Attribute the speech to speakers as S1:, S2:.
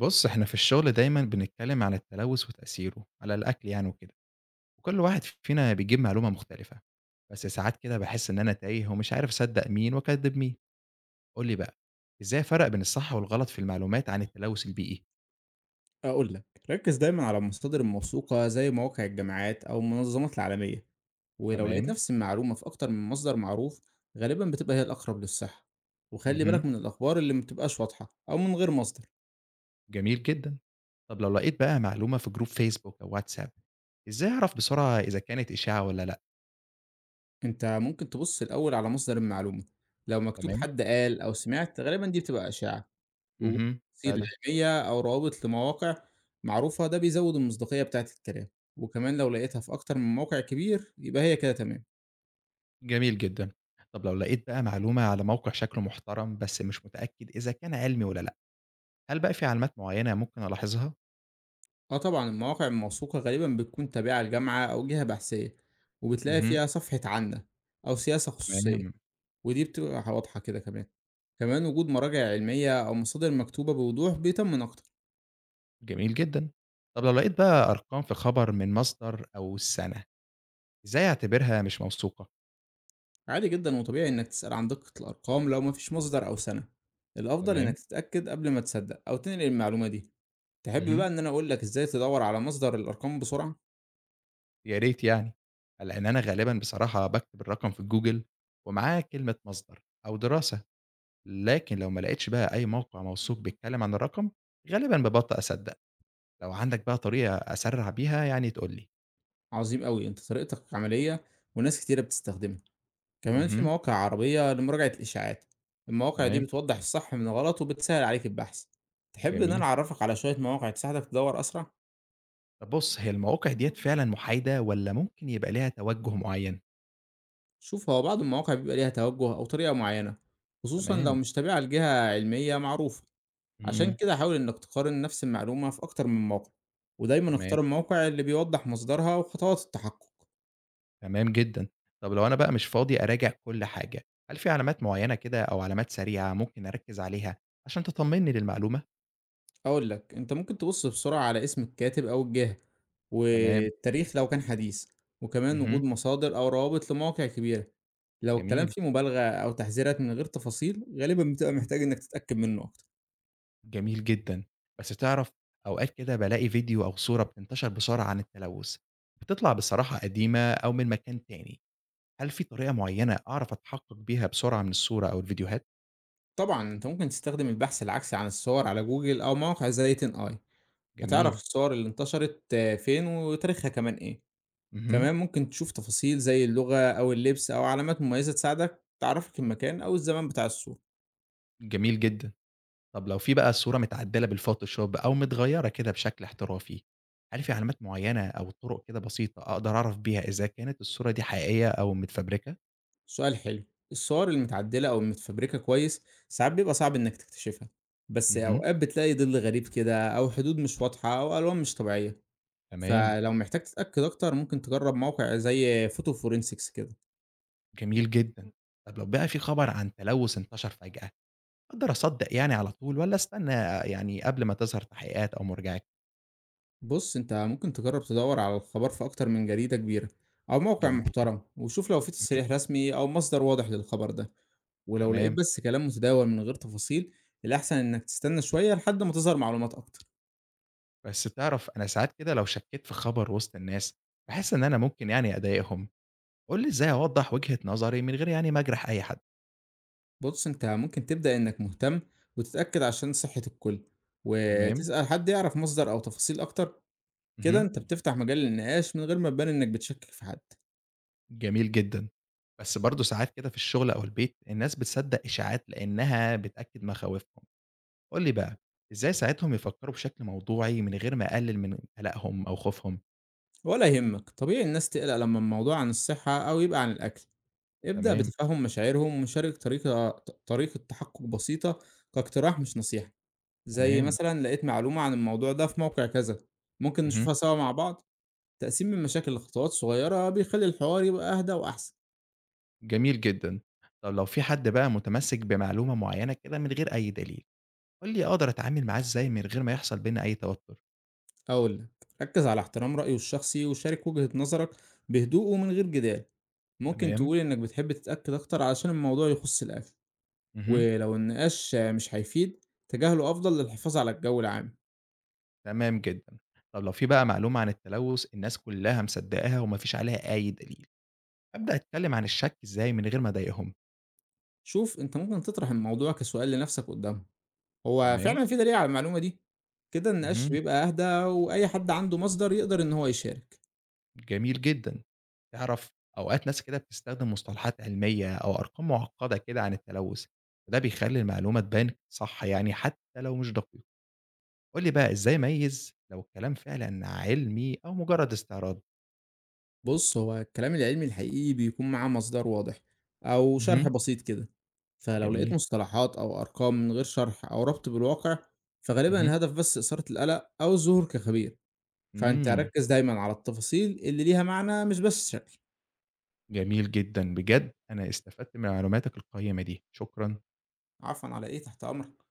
S1: بُص، إحنا في الشغل دايمًا بنتكلم عن التلوث وتأثيره على الأكل يعني وكده، وكل واحد فينا بيجيب معلومة مختلفة، بس ساعات كده باحس إن أنا تايه ومش عارف أصدق مين وأكدب مين، قُل لي بقى إزاي أفرق بين الصح والغلط في المعلومات عن التلوث البيئي؟
S2: أقول لك ركز دايما على المصادر الموثوقة زي مواقع الجامعات أو المنظمات العالمية. ولو لقيت
S1: تمام،
S2: نفس المعلومة في أكتر من مصدر معروف غالبا بتبقى هي الأقرب للصحة. وخلي
S1: اهم،
S2: بالك من الأخبار اللي مبتبقاش واضحة أو من غير مصدر.
S1: جميل جدًا. طب لو لقيت بقى معلومة في جروب فيسبوك أو واتساب، إزاي أعرف بسرعة إذا كانت إشاعة والّا لأ؟
S2: أنت ممكن تبص الأول على مصدر المعلومة، لو مكتوب
S1: تمام،
S2: حد قال أو سمعت غالبا دي بتبقى أشاعة. وجود
S1: اهم،
S2: تفاصيل
S1: فعلًا،
S2: علمية أو روابط لمواقع معروفة ده بيزود المصداقية بتاعة الكلام، وكمان لو لقيتها في أكتر من موقع كبير يبقى هي كده تمام.
S1: جميل جدًا. طب لو لقيت بقى معلومة على موقع شكله محترم بس مش متأكد إذا كان علمي والّا لأ، هل بقى في علامات معيّنة ممكن ألاحظها؟
S2: آه طبعًا، المواقع الموثوقة غالبًا بتكون تابعة لجامعة أو جهة بحثية، وبتلاقي
S1: اهم،
S2: فيها صفحة عنا أو سياسة خصوصية،
S1: تمام،
S2: ودي بتبقى واضحة كده كمان. كمان وجود مراجع علمية أو مصادر مكتوبة بوضوح بيطمن أكتر.
S1: جميل جدًا. طب لو لقيت بقى أرقام في خبر من مصدر أو السنة، إزاي أعتبرها مش موثوقة؟
S2: عادي جدًا وطبيعي إنك تسأل عن دقة الأرقام لو ما فيش مصدر أو سنة. الأفضل
S1: تمام،
S2: إنك تتأكد قبل ما تصدق أو تنقل المعلومة دي. تحب
S1: اهم،
S2: بقى إن أنا أقول لك إزاي تدوّر على مصدر الأرقام بسرعة؟
S1: يا ريت يعني، لإن أنا غالبًا بصراحة باكتب الرقم في الGoogle ومعاه كلمة مصدر أو دراسة، لكن لو ما لقيتش بقى أي موقع موثوق بيتكلم عن الرقم، غالبًا بابطّأ أصدق. لو عندك بقى طريقة أسرّع بيها يعني تقول لي.
S2: عظيم أوي، أنت طريقتك عملية وناس كتيرة بتستخدمها. كمان في
S1: اهم،
S2: مواقع عربية لمراجعة الإشاعات، المواقع دي
S1: تمام،
S2: بتوضح الصح من الغلط وبتسهل عليك البحث. تحب إن أنا
S1: جميل.
S2: أعرفك على شوية مواقع تساعدك تدور أسرع؟
S1: طب بُص، هي المواقع ديّة فعلًا محايدة والّا ممكن يبقى ليها توجُّه معيّن؟
S2: شوف هو بعض المواقع بيبقى ليها توجه أو طريقة معينة، خصوصا لو
S1: تمام،
S2: مش تابعة لجهة علمية معروفة. عشان
S1: إمم،
S2: كده حاول إنك تقارن نفس المعلومة في أكتر من موقع، ودايما
S1: تمام،
S2: اختار الموقع اللي بيوضح مصدرها وخطوات التحقق.
S1: تمام جدًا. طب لو أنا بقى مش فاضي أراجع كل حاجة، هل في علامات معيّنة كده أو علامات سريعة ممكن أركّز عليها عشان تطمّني للمعلومة؟
S2: أقول لك، أنت ممكن تبُص بسرعة على اسم الكاتب أو الجهة،
S1: تمام،
S2: والتاريخ لو كان حديث، وكمان
S1: اهم،
S2: وجود مصادر أو روابط لمواقع كبيرة. لو الكلام
S1: جميل،
S2: فيه مبالغة أو تحذيرات من غير تفاصيل، غالبًا بتبقى
S1: اهم،
S2: محتاج إنك تتأكد منه أكتر.
S1: جميل جدًا. بس تعرف أوقات كده بالاقي فيديو أو صورة بتنتشر بسرعة عن التلوث، بتطلع بصراحة قديمة أو من مكان تاني، هل في طريقة معيّنة أعرف أتحقق بيها بسرعة من الصورة أو الفيديوهات؟
S2: طبعًا أنت ممكن تستخدم البحث العكسي عن الصور على جوجل أو مواقع زي 10i، هتعرف
S1: جميل،
S2: الصور اللي انتشرت آه، فين وتاريخها كمان إيه.
S1: اهم.
S2: كمان ممكن تشوف تفاصيل زي اللغة أو اللبس أو علامات مميزة تساعدك تعرفك المكان أو الزمان بتاع الصورة.
S1: جميل جدًا. طب لو في بقى الصورة متعدلة بالفوتوشوب أو متغيرة كده بشكل احترافي، هل في علامات معينة أو طرق كده بسيطة أقدر أعرف بيها إذا كانت الصورة دي حقيقية أو متفبركة؟
S2: سؤال حلو. الصور المتعدلة أو المتفبركة كويس ساعات بيبقى صعب إنك تكتشفها، بس
S1: اهم،
S2: أوقات بتلاقي ظل غريب كده أو حدود مش واضحة أو ألوان مش طبيعية،
S1: تمام،
S2: فلو محتاج تتأكد أكتر ممكن تجرب موقع زي فوتو فورنسكس كده.
S1: جميل جدًا. إمم. طب لو بقى في خبر عن تلوث انتشر فجأة، أقدر أصدق يعني على طول والّا أستنى يعني قبل ما تظهر تحقيقات أو مرجعات؟
S2: بص أنت ممكن تجرب تدور على الخبر في أكتر من جريدة كبيرة أو موقع
S1: جميل،
S2: محترم وشوف لو في
S1: اهم،
S2: تصريح رسمي أو مصدر واضح للخبر ده، ولو لقيت
S1: تمام.
S2: بس كلام متداول من غير تفاصيل الأحسن إنك تستنى شوية لحد ما تظهر معلومات أكتر.
S1: بس تعرف أنا ساعات كده لو شكيت في خبر وسط الناس، باحس إن أنا ممكن يعني أضايقهم. قُل لي إزاي أوضح وجهة نظري من غير يعني ما أجرح أي حد؟
S2: بُص، أنت ممكن تبدأ إنك مهتم وتتأكد عشان صحة الكل،
S1: تمام،
S2: وتسأل حد يعرف مصدر أو تفاصيل أكتر، كده
S1: اهم،
S2: أنت بتفتح مجال للنقاش من غير ما تبان إنك بتشكك في حد.
S1: جميل جدًا. بس برضه ساعات كده في الشغل أو البيت الناس بتصدّق إشاعات لإنها بتأكد مخاوفهم، قُل لي بقى، إزاي أساعدهم يفكّروا بشكل موضوعي من غير ما أقلل من قلقهم أو خوفهم؟
S2: ولا يهمك، طبيعي الناس تقلق لما الموضوع عن الصحة أو يبقى عن الأكل. ابدأ
S1: تمام،
S2: بتفهم مشاعرهم وشارك طريقة تحقق بسيطة كاقتراح مش نصيحة، زي
S1: تمام،
S2: مثلًا لقيت معلومة عن الموضوع ده في موقع كذا، ممكن
S1: اهم،
S2: نشوفها سوا مع بعض. تقسيم المشاكل لخطوات صغيرة بيخلي الحوار يبقى أهدى وأحسن.
S1: جميل جدًا. طب لو في حد بقى متمسك بمعلومة معيّنة كده من غير أي دليل، قُل لي أقدر أتعامل معاه إزاي من غير ما يحصل بيننا أي توتر؟
S2: هاقول لك، ركّز على احترام رأيه الشخصي وشارك وجهة نظرك بهدوء ومن غير جدال، ممكن
S1: تمام،
S2: تقول إنك بتحب تتأكد أكتر علشان الموضوع يخُص الأكل،
S1: اهم،
S2: ولو النقاش مش هيفيد تجاهله أفضل للحفاظ على الجو العام.
S1: تمام جدًا. طب لو في بقى معلومة عن التلوث الناس كلّها مصدّقاها وما فيش عليها أي دليل. أبدأ أتكلم عن الشَك إزاي من غير ما أضايقهم،
S2: شوف أنت ممكن تطرح الموضوع كسؤال لنفسك قدّامهم، هو
S1: تمام،
S2: فعلًا في دليل على المعلومة دي؟ كده النقاش
S1: اهم،
S2: بيبقى أهدى وأي حد عنده مصدر يقدر إن هو يشارك.
S1: جميل جدًا. تعرف أوقات ناس كده بتستخدم مصطلحات علمية أو أرقام مُعقّدة كده عن التلوث، وده بيخلّي المعلومة تبان صح يعني حتى لو مش دقيقة. قُل لي بقى إزاي أميّز لو الكلام فعلًا علمي أو مجرد استعراض؟
S2: بُص، هو الكلام العلمي الحقيقي بيكون معاه مصدر واضح أو شرح
S1: اهم،
S2: بسيط كده، فلو لقيت
S1: جميل،
S2: مصطلحات أو أرقام من غير شرح أو ربط بالواقع، فغالبًا
S1: اهم،
S2: الهدف بس إثارة القلق أو الظهور كخبير، فأنت
S1: إمم،
S2: ركّز دايمًا على التفاصيل اللي ليها معنى مش بس شكل.
S1: جميل جدًا، بجد أنا استفدت من معلوماتك القيّمة دي، شكرًا.
S2: عفوًا على إيه، تحت أمرك.